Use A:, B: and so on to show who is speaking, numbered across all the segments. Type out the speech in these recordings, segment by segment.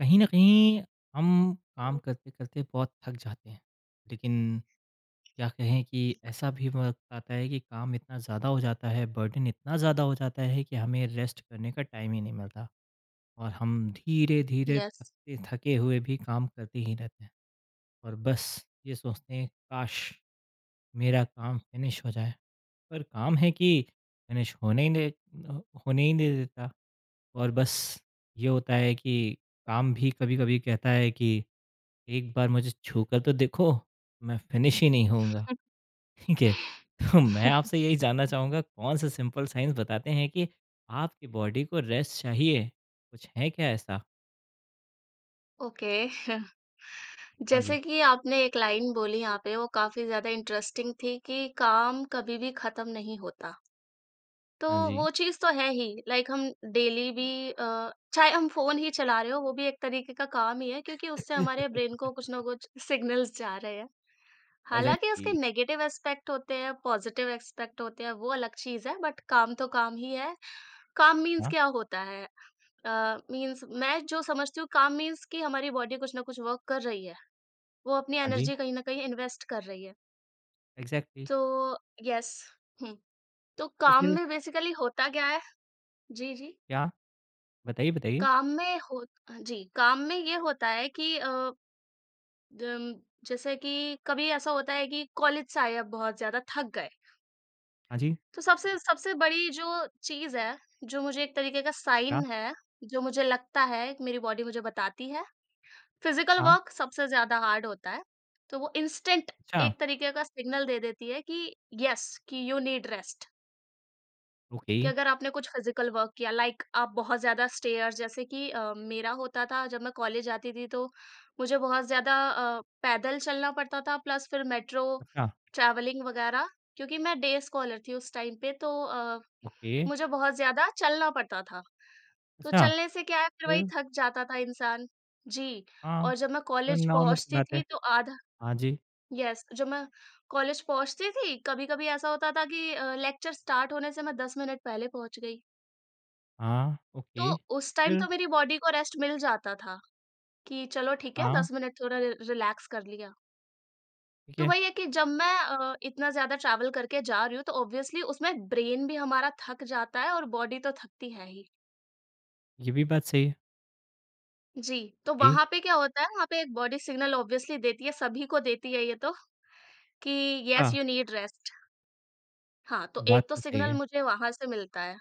A: कहीं न कहीं हम काम करते-करते बहुत थक जाते हैं। लेकिन क्या कहें कि ऐसा भी वक़्त आता है कि काम इतना ज़्यादा हो जाता है, बर्डन इतना ज़्यादा हो जाता है कि हमें रेस्ट करने का टाइम ही नहीं मिलता और हम धीरे-धीरे
B: यस,
A: थकते थके हुए भी काम करते ही रहते हैं और बस ये सोचते हैं काश! मेरा काम फ़िनिश हो जाए। पर काम है कि फ़िनिश होने ही नहीं अ, होने ही नहीं देता और बस ये होता है कि काम भी कभी-कभी कहता है कि एक बार मुझे छूकर तो देखो, मैं फिनिश ही नहीं होऊँगा। ठीक है? तो मैं आपसे यही जानना चाहूँगा कौन सा सिंपल साइंस बताते हैं कि आपकी बॉडी को रेस्ट चाहिए? कुछ है क्या ऐसा?
B: ओके
A: हाँ
B: जैसे
A: जी,
B: कि आपने एक लाइन बोली यहाँ पे वो काफ़ी ज़्यादा इंटरेस्टिंग थी कि काम कभी भी ख़त्म नहीं होता। तो
A: हाँ
B: वो
A: जी।
B: चीज़ तो है ही लाइक हम डेली भी चाहे हम फ़ोन ही चला रहे हो वो भी एक तरीके का काम ही है क्योंकि उससे हमारे ब्रेन को कुछ ना कुछ सिग्नल्स जा रहे हैं। हालाँकि
A: एग्ज़ैक्टली।
B: उसके नेगेटिव एस्पेक्ट होते हैं, पॉज़िटिव एस्पेक्ट होते हैं, वो अलग चीज़ है बट काम तो काम ही है। काम मीन्स
A: हाँ,
B: क्या होता है? मीन्स मैं जो समझती हूँ काम मीन्स कि हमारी बॉडी कुछ ना कुछ वर्क कर रही है। वो अपनी
A: हाँ जी,
B: एनर्जी कहीं न कहीं इन्वेस्ट कर रही है।
A: एग्ज़ैक्टली।
B: तो येस, हुँ, तो
A: तो
B: काम
A: फिर
B: में बेसिकली होता क्या है? जी, जी।
A: क्या? बताइए, बताइए।
B: काम में हो जी, काम में ये होता है कि अ, जम जैसे कि कभी ऐसा होता है कि कॉलेज से आए अब बहुत ज़्यादा थक गए।
A: हाँ जी,
B: तो सबसे सबसे बड़ी जो चीज़ है, जो मुझे एक तरीके का
A: क्या?
B: साइन है, जो मुझे लगता है मेरी बॉडी मुझे बताती है, फिज़िकल
A: हाँ,
B: वर्क सबसे ज़्यादा हार्ड होता है। तो वो इंस्टेंट
A: अच्छा,
B: एक तरीके का सिग्नल दे देती है कि येस कि यू नीड रेस्ट,
A: ओके,
B: कि अगर आपने कुछ फिज़िकल वर्क किया लाइक आप बहुत ज़्यादा स्टेयर्स, जैसे कि मेरा होता था जब मैं कॉलेज जाती थी तो मुझे बहुत ज़्यादा पैदल चलना पड़ता था प्लस फिर मेट्रो
A: अच्छा,
B: ट्रैवलिंग वगैरह क्योंकि मैं डे स्कॉलर थी उस टाइम पे तो
A: ओके,
B: मुझे बहुत ज़्यादा चलना पड़ता था, तो
A: अच्छा,
B: चलने से क्या है फिर वही
A: फिर?
B: थक जाता था इंसान। जी,
A: हाँ,
B: और जब मैं
A: तो
B: कॉलेज
A: नॉर्मल सी
B: पहुँचती
A: बात
B: थी
A: है।
B: तो आधा
A: हाँ जी,
B: यस, जब मैं कॉलेज पहुँचती थी, कभी-कभी ऐसा होता था कि लेक्चर स्टार्ट होने से मैं 10 मिनट पहले पहुँच गई।
A: हाँ,
B: तो
A: ओके,
B: उस टाइम
A: फिर?
B: तो मेरी बॉडी को रेस्ट मिल जाता था कि चलो ठीक है
A: हाँ,
B: 10 मिनट थोड़ा रि रिलैक्स कर लिया।
A: ठीक
B: तो
A: है।
B: वही है कि जब मैं इतना ज़्यादा ट्रैवल करके जा रही हूँ तो ऑब्वियसली उसमें ब्रेन भी हमारा थक जाता है और बॉडी तो थकती है ही।
A: ये भी बात सही है।
B: जी, तो
A: ओके,
B: वहाँ पे क्या होता है, वहाँ पे एक बॉडी सिग्नल ऑब्वियसली देती है, सभी को देती है ये तो, कि येस
A: हाँ,
B: यू नीड रेस्ट। हाँ, तो
A: बात
B: एक तो
A: तो सही
B: सिग्नल
A: है।
B: मुझे वहाँ से मिलता है,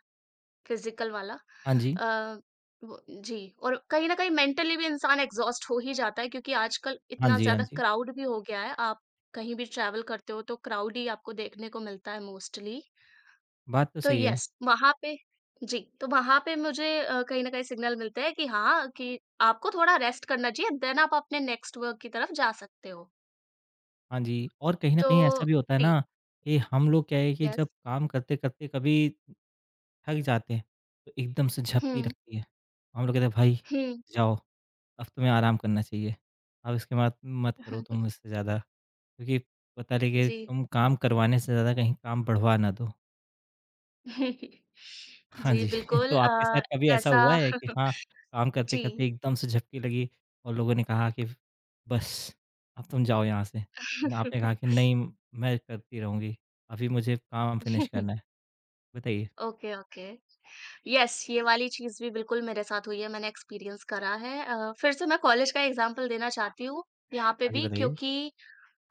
B: फिज़िकल वाला।
A: हाँ जी।
B: अ, वो जी, और कहीं न कहीं मेंटली भी इंसान एग्ज़ॉस्ट हो ही जाता है क्योंकि आजकल
A: हाँ
B: इतना
A: जी, हाँ
B: ज़्यादा
A: जी।
B: क्राउड भी हो गया है। आप कहीं भी ट्रैवल करते हो तो क्राउड ही आपको देखने को मिलता है मोस्टली।
A: बात तो
B: तो
A: सही है।
B: यस, वहाँ पे जी, तो वहाँ पे मुझे कहीं न कहीं सिग्नल मिलते हैं कि हाँ, कि आपको थोड़ा रेस्ट करना चाहिए देन आप अपने नेक्स्ट वर्क की तरफ जा सकते हो।
A: हाँ जी, और कहीं न
B: तो
A: कहीं ऐसा भी होता है
B: जी,
A: ना कि हम लोग क्या है कि
B: यस।
A: जब काम करते-करते कभी थक जाते हैं, तो एकदम से झपकी
B: हुँ,
A: लगती है। हम लोग कहते हैं भाई
B: हुँ।
A: जाओ, अब तुम्हें आराम करना चाहिए। अब इसके बाद मत करो तुम इससे ज़्यादा, क्योंकि पता लगे
B: जी।
A: तुम काम करवाने से ज़्यादा कहीं काम बढ़वा ना दो। हाँ
B: जी,
A: जी। तो
B: बिल्कुल,
A: आपके साथ
B: अ,
A: कभी ऐसा
B: ऐसा
A: हुआ है कि हाँ, काम करते-करते
B: जी।
A: एकदम से झपकी लगी और लोगों ने कहा कि बस, अब तुम जाओ यहाँ से। लेकिन आपने कहा कि नहीं मैं करती रहूँगी, अभी मुझे काम फिनिश करना है। बताइए?
B: Okay, okay. यस, ये वाली चीज़ भी बिल्कुल मेरे साथ हुई है, मैंने एक्सपीरियंस करा है। फिर से मैं कॉलेज का एग्ज़ाम्पल देना चाहती हूँ यहाँ पे
A: हाँ जी,
B: भी
A: बताइए?
B: क्योंकि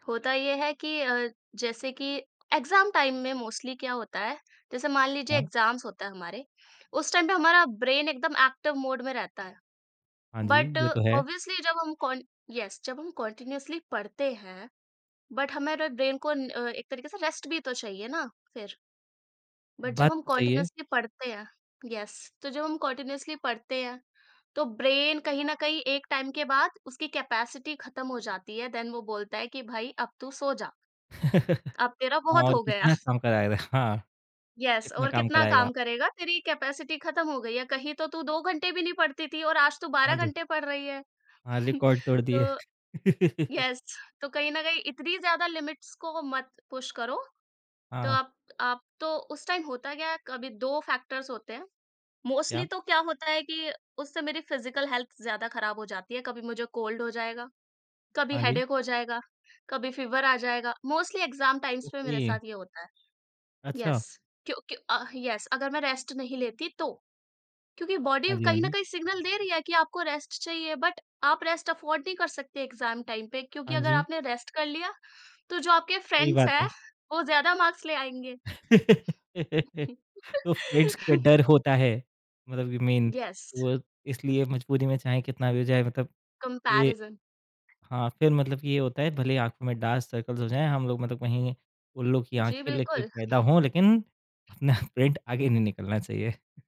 B: होता ये है कि जैसे कि एग्ज़ाम टाइम में मोस्टली क्या होता है, जैसे मान लीजिए
A: हाँ,
B: एग्ज़ाम्स होता है हमारे, उस टाइम पे हमारा ब्रेन एकदम एक्टिव मोड में रहता है।
A: हाँ जी,
B: बट
A: ये तो है।
B: ऑब्वियसली जब हम कॉन यस, जब हम कॉन्टिन्यूअसली पढ़ते हैं, बट हमारे ब्रेन को न एक तरीके से रेस्ट भी तो चाहिए ना फिर। बट जब
A: बात
B: हम
A: तो सही है।
B: कॉन्टिन्यूअसली पढ़ते हैं, यस, तो जब हम कॉन्टिन्यूअसली पढ़ते हैं, तो ब्रेन कहीं न कहीं एक टाइम के बाद उसकी कैपेसिटी खत्म हो जाती है, देन वो बोलता है कि भाई अब तू सो जा।
A: हाँ,
B: अब तेरा बहुत
A: और
B: हो गया।
A: कितना काम कराएगा? हाँ,
B: यस,
A: कितना
B: और
A: काम
B: कितना काम
A: कराएगा?
B: करेगा? तेरी कैपेसिटी खत्म हो गई है। कहीं तो तू 2 घंटे भी नहीं पढ़ती थी और आज तू 12
A: हाँ जी।
B: घंटे पढ़ रही है।
A: हाँ, रिकॉर्ड तोड़
B: तो
A: दिए।
B: यस, तो कहीं न कहीं इतनी ज़्यादा लिमिट्स को मत पुश करो। तो
A: हाँ,
B: आप तो उस टाइम होता क्या है, कभी 2 फैक्टर्स होते हैं। मोस्टली
A: क्या?
B: तो क्या होता है कि उससे मेरी फिज़िकल हेल्थ ज़्यादा खराब हो जाती है। कभी मुझे कोल्ड हो जाएगा, कभी
A: हाँ जी।
B: हेडेक हो जाएगा, कभी फीवर आ जाएगा। मोस्टली एग्ज़ाम टाइम्स पे
A: ओके।
B: मेरे साथ ये होता है। यस,
A: अच्छा।
B: क्यों क्यों अ, यस, अगर मैं रेस्ट नहीं लेती तो क्योंकि बॉडी
A: हाँ जी, हाँ
B: कहीं न
A: जी।
B: कहीं सिग्नल दे रही है कि आपको रेस्ट चाहिए बट आप रेस्ट अफोर्ड नहीं कर सकते एग्ज़ाम टाइम पे क्योंकि
A: हाँ
B: अगर
A: जी,
B: आपने रेस्ट कर लिया, तो जो आपके
A: सही
B: फ्रेंड्स
A: बात
B: हैं,
A: है।
B: वो ज़्यादा मार्क्स ले आएँगे।
A: तो फ्रेंड्स का डर होता है मतलब कि मेन
B: यस,
A: वो इसलिए मजबूरी में चाहे कितना भी हो जाए मतलब ये
B: कंपैरिज़न।
A: हाँ, फिर मतलब कि ये होता है भले ही आँखों में डार्क सर्कल्स हो जाएँ, हम लोग मतलब वहीं उल्लू की
B: जी,
A: आँखें लेके
B: बिल्कुल।
A: पैदा हों लेकिन अपना फ्रेंड आगे नहीं निकलना चाहिए।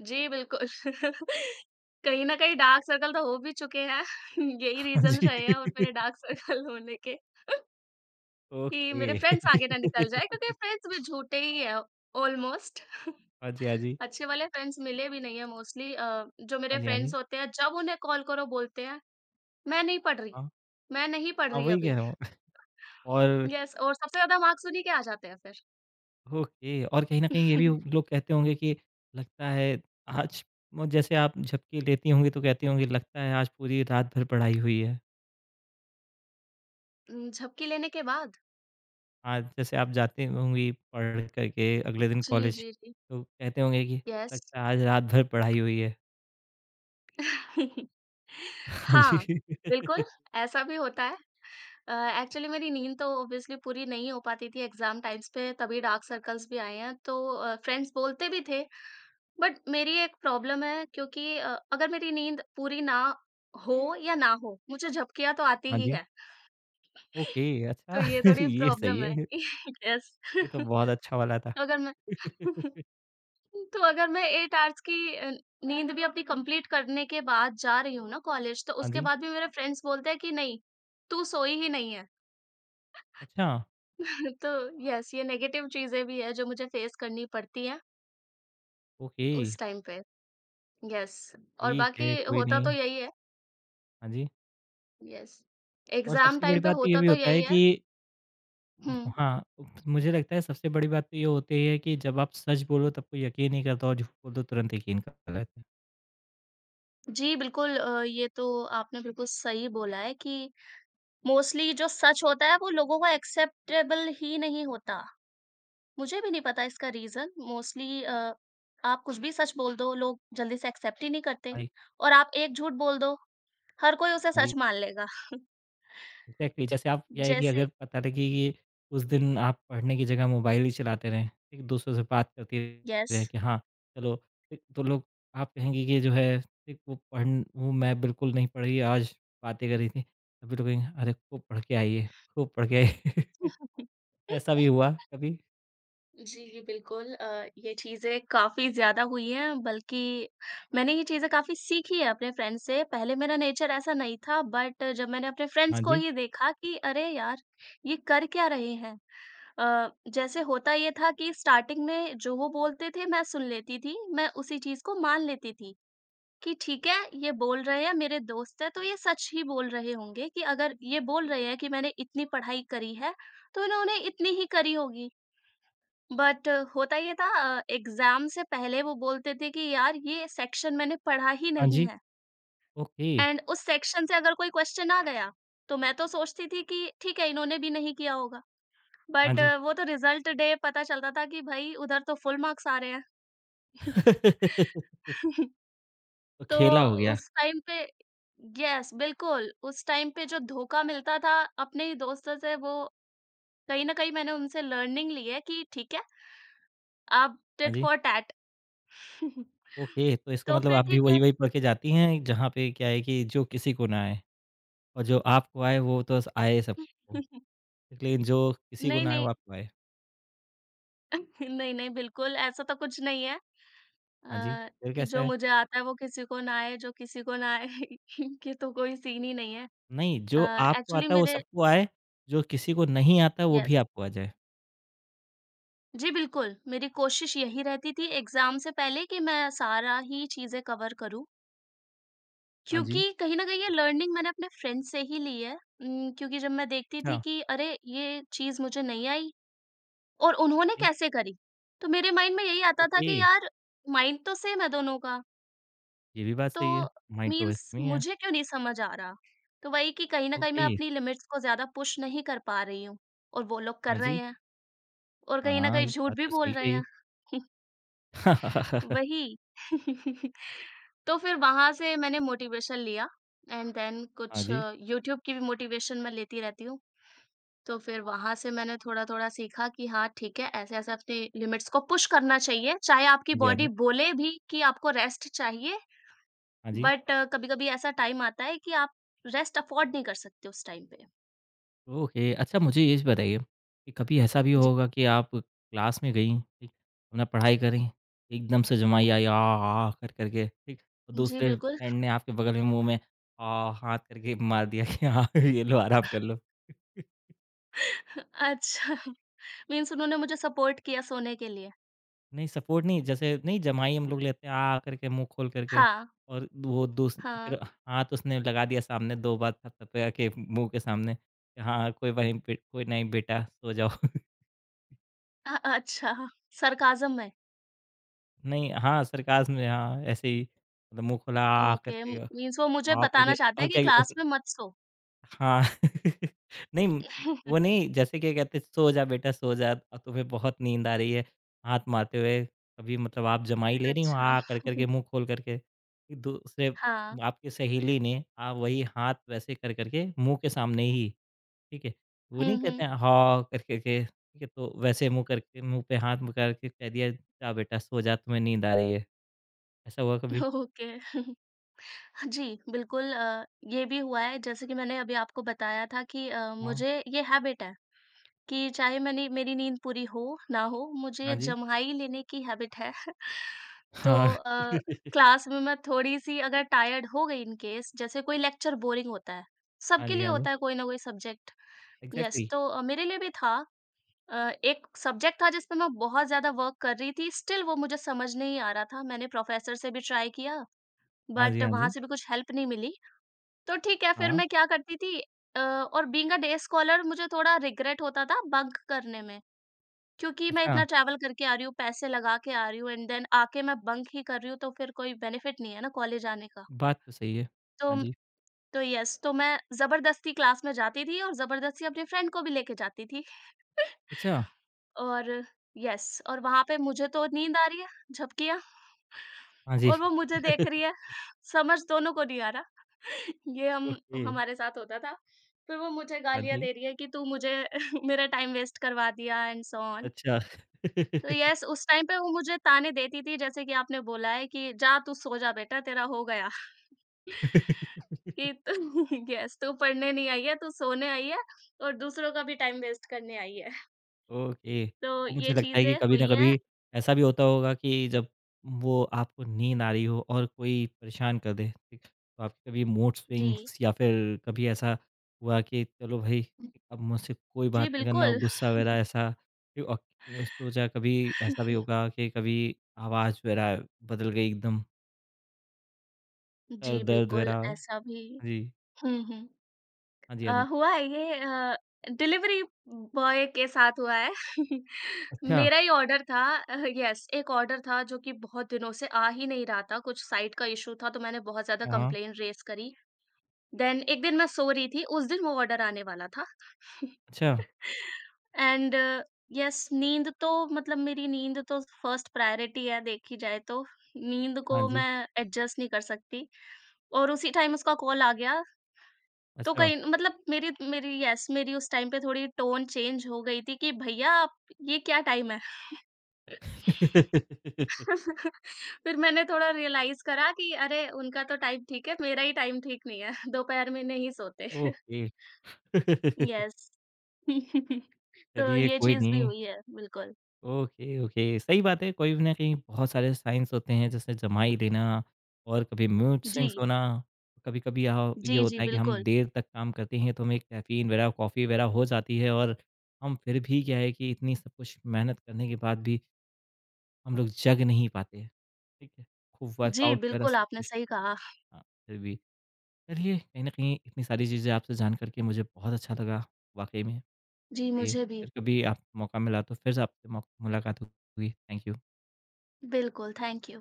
B: जी, बिल्कुल। कहीं न कहीं डार्क सर्कल तो हो भी चुके हैं। यही
A: हाँ
B: रीज़न्स
A: जी।
B: रहे हैं और मेरे डार्क सर्कल होने के। कि मेरे
A: ओके।
B: फ्रेंड्स आगे ना निकल जाए क्योंकि फ्रेंड्स भी झूठे ही हैं ऑलमोस्ट
A: हाँ जी, हाँ जी।
B: अच्छे वाले फ्रेंड्स मिले भी नहीं है मोस्टली, जो मेरे
A: हाँ जी, हाँ
B: फ्रेंड्स
A: जी।
B: होते हैं जब उन्हें कॉल करो बोलते हैं मैं नहीं पढ़ रही,
A: हाँ,
B: मैं नहीं पढ़
A: हाँ
B: रही
A: वही
B: अभी।
A: कह रहा हूँ और
B: यस, और सबसे ज़्यादा मार्क्स उन्हीं के आ जाते हैं फिर।
A: ओके और कहीं न कहीं ये भी लोग कहते होंगे कि लगता है आज म जैसे आप झपकी लेती होंगी तो कहती होंगी लगता है आज पूरी रात भर पढ़ाई हुई है।
B: झपकी लेने के बाद।
A: आज जैसे आप जाती होंगी पढ़ कर के अगले दिन
B: जी,
A: कॉलेज
B: जी, जी।
A: तो कहते होंगे कि
B: यस।
A: लगता है आज रात भर पढ़ाई हुई है। हाँ
B: हाँ,
A: जी।
B: बिल्कुल, ऐसा भी होता है। अ, एक्चुअली मेरी नींद तो ऑब्वियसली पूरी नहीं हो पाती थी एग्ज़ाम टाइम्स पे, तभी डार्क सर्कल्स भी आए हैं। तो फ्रेंड्स बोलते भी थे, बट मेरी एक प्रॉब्लम है क्योंकि अगर मेरी नींद पूरी ना हो या ना हो, मुझे झपकियाँ तो आती
A: हाँ
B: ही
A: जी।
B: हैं।
A: ओके
B: तो
A: अच्छा
B: ये थोड़ी
A: ये सही
B: प्रॉब्लम है।
A: है।
B: यस,
A: ये तो बहुत
B: तो
A: अच्छा वाला था।
B: अगर मैं तो अगर मैं 8 आवर्स की नींद भी अपनी कंप्लीट करने के बाद जा रही हूँ ना कॉलेज, तो
A: हाँ
B: उसके
A: जी।
B: बाद भी मेरे फ्रेंड्स बोलते हैं कि नहीं, तू सोई ही नहीं है।
A: अच्छा
B: तो यस, ये नेगेटिव चीज़ें भी है जो मुझे फेस करनी पड़ती हैं
A: ओके
B: उस टाइम पे। यस, और
A: ठीक
B: बाकी
A: है कोई
B: होता तो
A: नहीं।
B: यही है।
A: हाँ जी
B: यस,
A: और
B: एग्ज़ाम
A: सबसे
B: टाइम
A: बड़ी
B: पे
A: बात तो ये
B: होता
A: भी
B: तो
A: होता
B: यही
A: है
B: है।
A: कि
B: हुँ।
A: हाँ, तो मुझे लगता है सबसे बड़ी बात तो ये होती है कि जब आप सच बोलो तब कोई यकीन नहीं करता और झूठ बोलो तुरंत यकीन कर लेते हैं।
B: जी, बिल्कुल, ये तो आपने बिल्कुल सही बोला है कि मोस्टली जो सच होता है वो लोगों को एक्सेप्टेबल ही नहीं होता। मुझे भी नहीं पता इसका रीज़न मोस्टली, आप कुछ भी सच बोल दो, लोग जल्दी से एक्सेप्ट ही नहीं करते
A: हाँ जी,
B: और आप एक झूठ बोल दो, हर कोई उसे
A: हाँ जी,
B: सच मान लेगा।
A: एग्ज़ैक्टली जैसे आप क्या है कि
B: जैसे
A: अगर पता लगे कि उस दिन आप पढ़ने की जगह मोबाइल ही चलाते रहें, एक दूसरों से बात करते
B: यस।
A: रहें कि हाँ, चलो फिर तो लोग आप कहेंगे कि जो है एक वो पढ़ वो मैं बिल्कुल नहीं पढ़ी आज बातें कर रही थी। अभी तो कहेंगे अरे खूब पढ़ के आई है, खूब पढ़ के आई है। ऐसा भी हुआ कभी?
B: जी, जी, बिल्कुल, ये चीज़ें काफ़ी ज़्यादा हुई हैं, बल्कि मैंने ये चीज़ें काफ़ी सीखी है अपने फ्रेंड्स से। पहले मेरा नेचर ऐसा नहीं था, बट जब मैंने अपने फ्रेंड्स
A: हाँ
B: को
A: जी,
B: ही देखा कि अरे यार! ये कर क्या रहे हैं? जैसे होता ये था कि स्टार्टिंग में जो वो बोलते थे, मैं सुन लेती थी, मैं उसी चीज़ को मान लेती थी कि ठीक है, ये बोल रहे हैं, मेरे दोस्त हैं, तो ये सच ही बोल रहे होंगे कि अगर ये बोल रहे हैं कि मैंने इतनी पढ़ाई करी है, तो इन्होंने इतनी ही करी होगी। बट होता ये था, एग्जाम से पहले वो बोलते थे कि यार ये सेक्शन मैंने पढ़ा ही
A: हाँ
B: नहीं
A: जी,
B: है,
A: ओके,
B: एंड उस सेक्शन से अगर कोई क्वेश्चन आ गया तो मैं तो सोचती थी कि ठीक है इन्होंने भी नहीं किया होगा
A: हाँ
B: बट
A: जी।
B: वो तो रिजल्ट डे पता चलता था कि भाई उधर तो फुल मार्क्स आ रहे हैं।
A: तो
B: तो
A: खेला हो गया।
B: उस टाइम पे यस, बिल्कुल उस टाइम पे जो धोखा मिलता था अपने ही दोस्तों से वो, कहीं ना कहीं मैंने उनसे लर्निंग ली है कि ठीक है, आप
A: हाँ
B: टिट
A: जी,
B: फॉर टैट।
A: ओके तो इसका
B: तो
A: मतलब
B: फिर
A: आप भी
B: ठीक है।
A: वही-वही पढ़ के जाती हैं जहाँ पे क्या है कि जो किसी को ना आए और जो आपको आए वो तो आए सबको। लेकिन जो किसी को
B: नहीं,
A: ना आए
B: नहीं।
A: वो आपको आए।
B: नहीं, नहीं, बिल्कुल ऐसा तो कुछ नहीं है,
A: हाँ जी,
B: अ,
A: फिर
B: कि
A: कैसा
B: जो
A: है?
B: मुझे आता है वो किसी को ना आए, जो किसी को ना आए ये तो कोई सीन ही नहीं है।
A: नहीं,
B: अ,
A: जो आपको
B: एक्चुअली
A: आता है वो
B: मेरे
A: सबको आए, जो किसी को नहीं आता वो
B: यस।
A: भी आपको आ जाए।
B: जी, बिल्कुल, मेरी कोशिश यही रहती थी एग्ज़ाम से पहले कि मैं सारा ही चीज़ें कवर करूँ,
A: हाँ जी,
B: क्योंकि कहीं न कहीं ये लर्निंग मैंने अपने फ्रेंड से ही ली है, क्योंकि जब मैं देखती थी
A: अच्छा,
B: कि अरे! ये चीज़ मुझे नहीं आई और उन्होंने
A: जी,
B: कैसे करी, तो मेरे माइंड में यही आता था
A: ओके
B: कि यार माइंड तो सेम है दोनों का।
A: ये भी बात
B: तो
A: सही है। माइंड तो
B: मीन्स
A: वैसे नहीं है।
B: मुझे क्यों नहीं समझ आ रहा? तो वही कि कहीं न कहीं मैं
A: ओके,
B: अपनी लिमिट्स को ज़्यादा पुश नहीं कर पा रही हूँ और वो लोग कर
A: हाँ
B: रहे
A: जी,
B: हैं और कहीं न
A: हाँ,
B: कहीं
A: इस
B: झूठ
A: बात
B: भी
A: तो
B: बोल
A: सही
B: रहे
A: कही।
B: हैं। वही। तो फिर वहाँ से मैंने मोटिवेशन लिया एंड देन
A: हाँ
B: कुछ
A: जी,
B: यूट्यूब की भी मोटिवेशन मैं लेती रहती हूँ। तो फिर वहाँ से मैंने थोड़ा-थोड़ा सीखा कि हाँ, ठीक है, ऐसे-ऐसे अपनी लिमिट्स को पुश करना चाहिए, चाहे आपकी
A: हाँ जी, हाँ
B: बॉडी
A: जी,
B: बोले भी कि आपको रेस्ट चाहिए
A: हाँ जी।
B: बट कभी-कभी ऐसा टाइम आता है कि आप रेस्ट अफोर्ड नहीं कर सकते उस टाइम पे।
A: ओके अच्छा मुझे ये बताइए कि कभी ऐसा भी
B: जी,
A: होगा कि आप क्लास में गई ठीक अपना पढ़ाई करें एकदम से जमाई आई आ आ कर करके ठीक और
B: जी
A: दूसरे
B: बिल्कुल।
A: फ्रेंड ने आपके बगल में मुंह में आ हाथ करके मार दिया कि हाँ ये लो आराम कर लो
B: अच्छा, मीन्स उन्होंने मुझे सपोर्ट किया सोने के लिए?
A: नहीं सपोर्ट नहीं जैसे नहीं जमाई हम लोग लेते हैं आ करके मुंह खोल करके
B: हाँ,
A: और वो दूस
B: हाँ।
A: फिर हाथ उसने लगा दिया सामने दो बार थपथपे के मुंह के सामने कि हाँ कोई वहीं पे कोई नहीं बेटा सो जाओ
B: अच्छा, सरकाज़म में?
A: नहीं, हाँ, सरकाज़्म में हाँ, ऐसे ही मतलब मुँह खुला आह!
B: ओके,
A: करके
B: मीन्स वो मुझे
A: आह!
B: बताना
A: करके
B: चाहते
A: और
B: हैं कि
A: क्या
B: क्लास में मत सो।
A: हाँ, नहीं वो नहीं जैसे क्या कहते हैं, "सो जा बेटा सो जा, अब तुम्हें बहुत नींद आ रही है।" हाथ मारते हुए अभी मतलब आप जमाई ले रही हो
B: अच्छा।
A: आह! कर कर के मुँह खोल कर के। दूसरे
B: हाँ।
A: आपकी सहेली ने आप वही हाथ वैसे कर कर के मुँह के सामने ही, ठीक है? वो
B: हुँ,
A: नहीं कहते
B: हुँ।
A: हैं हाँ कर कर के, ठीक है? तो वैसे मुँह करके मुँह पे हाथ कर के कह दिया, "जा बेटा सो जा, तुम्हें नींद आ रही है।" ऐसा हुआ कभी?
B: ओके। जी, बिल्कुल, ये भी हुआ है जैसे कि मैंने अभी आपको बताया था कि
A: हाँ,
B: मुझे ये हैबिट है। कि चाहे मैंने मेरी नींद पूरी हो, ना हो, मुझे
A: हाँ जी,
B: जम्हाई लेने की हैबिट है। तो
A: हाँ।
B: क्लास में मैं थोड़ी-सी अगर टायर्ड हो गई इन केस जैसे कोई लेक्चर बोरिंग होता है,
A: हाँ
B: सबके
A: जी,
B: लिए
A: हाँ जी,
B: होता है कोई ना कोई सब्जेक्ट। यस,
A: एग्ज़ैक्टली
B: तो मेरे लिए भी था, एक सब्जेक्ट था जिसपे मैं बहुत ज़्यादा वर्क कर रही थी, स्टिल वो मुझे समझ नहीं आ रहा था। मैंने प्रोफ़ेसर से भी ट्राई किया,
A: हाँ जी,
B: बट
A: हाँ
B: वहाँ
A: जी,
B: से भी कुछ हेल्प नहीं मिली। तो ठीक है, फिर
A: हाँ,
B: मैं क्या करती थी और बीइंग अ डे स्कॉलर मुझे थोड़ा रिग्रेट होता था बंक करने में। क्योंकि मैं
A: अच्छा,
B: इतना ट्रैवल करके आ रही हूँ, पैसे लगा के आ रही हूँ एंड देन आके मैं बंक ही कर रही हूँ, तो फिर कोई बेनिफिट नहीं है ना कॉलेज आने का।
A: बात तो सही है।
B: तो
A: हाँ जी,
B: तो येस, तो मैं ज़बरदस्ती क्लास में जाती थी और ज़बरदस्ती अपने फ्रेंड को भी लेके जाती थी
A: अच्छा,
B: और येस, और वहाँ पे मुझे तो नींद आ रही है, झपकियाँ,
A: हाँ जी,
B: और वो मुझे देख रही है। समझ दोनों को नहीं आ रहा। ये हम
A: ओके,
B: हमारे साथ होता था। फिर वो मुझे
A: हाँ
B: गालियाँ
A: जी,
B: दे रही है कि तू मुझे मेरा टाइम वेस्ट करवा दिया एंड सो ऑन।
A: अच्छा।
B: तो यस, उस टाइम पे वो मुझे ताने देती थी जैसे कि आपने बोला है कि जा तू सो जा बेटा तेरा हो गया, कि तू यस, तू पढ़ने नहीं आई है, तू सोने आई है और दूसरों का भी टाइम वेस्ट करने आई है।
A: ओके।
B: तो
A: तो
B: ये
A: मुझे लगता है कि
B: चीज़ें
A: कभी न
B: हुई हैं
A: कभी ऐसा भी होता होगा कि जब वो आपको नींद आ रही हो और कोई परेशान कर दे, ठीक? तो आपके कभी मूड
B: जी।
A: स्विंग्स या फिर कभी ऐसा हुआ कि चलो भाई, अब मुझसे कोई
B: जी,
A: बात नहीं करना,
B: बिल्कुल।
A: गुस्सा वगैरह ऐसा फिर औ सोचा कभी ऐसा भी होगा कि कभी आवाज़ वगैरह बदल गई एकदम, सर
B: जी,
A: दर्द
B: बिल्कुल
A: वगैरह हाँ
B: ऐसा भी
A: जी।
B: हुँ, हुँ।
A: हाँ जी, हाँ जी।
B: हुआ है ये डिलीवरी बॉय के साथ हुआ है।
A: अच्छा,
B: मेरा ही ऑर्डर था, येस, एक ऑर्डर था जो कि बहुत दिनों से आ ही नहीं रहा था, कुछ साइट का इश्यू था, तो मैंने बहुत ज़्यादा
A: हाँ, हाँ।
B: कंप्लेंट रेज़ करी। देन एक दिन मैं सो रही थी, उस दिन वो ऑर्डर आने वाला था।
A: अच्छा,
B: एंड येस, नींद तो मतलब मेरी नींद तो फर्स्ट प्रायोरिटी है देखी जाए तो। नींद
A: हाँ
B: को
A: जी,
B: मैं एडजस्ट नहीं कर सकती और उसी टाइम उसका कॉल आ गया। तो
A: अच्छा।
B: कहीं मतलब मेरी मेरी येस मेरी उस टाइम पे थोड़ी टोन चेंज हो गई थी कि भैया आप, ये क्या टाइम है? फिर मैंने थोड़ा रियलाइज़ करा कि अरे उनका तो टाइम ठीक है, मेरा ही टाइम ठीक नहीं है, दोपहर में नहीं सोते।
A: ओके।
B: येस, तो
A: चलिए,
B: ये
A: कोई
B: चीज़ भी
A: नहीं।
B: हुई है, बिल्कुल।
A: Okay, okay. सही बात है, कोई ना कहीं बहुत सारे साइंस होते हैं, जैसे जम्हाई लेना और कभी म्यूट सिंक्स
B: जी।
A: होना। कभी-कभी ये
B: जी, जी,
A: होता है कि हम
B: बिल्कुल।
A: देर तक काम करते हैं, तो हमें कैफ़ीन वगैरह, कॉफ़ी वगैरह हो जाती है और हम फिर भी क्या है कि इतनी सब कुछ मेहनत करने के बाद भी हम लोग जग नहीं पाते हैं। ठीक है? खूब
B: जी,
A: वर्कआउट वगैरह
B: बिल्कुल
A: सब
B: आपने
A: कुछ
B: सही कहा।
A: हाँ, फिर भी। चलिए, कहीं न कहीं इतनी सारी चीज़ें आपसे जान कर के मुझे बहुत अच्छा लगा, वाक़ई में।
B: जी,
A: जी,
B: मुझे भी।
A: फिर कभी आप मौका मिला तो फिर से आपसे मौ मुलाकात होगी। Thank you.
B: बिल्कुल, थैंक यू।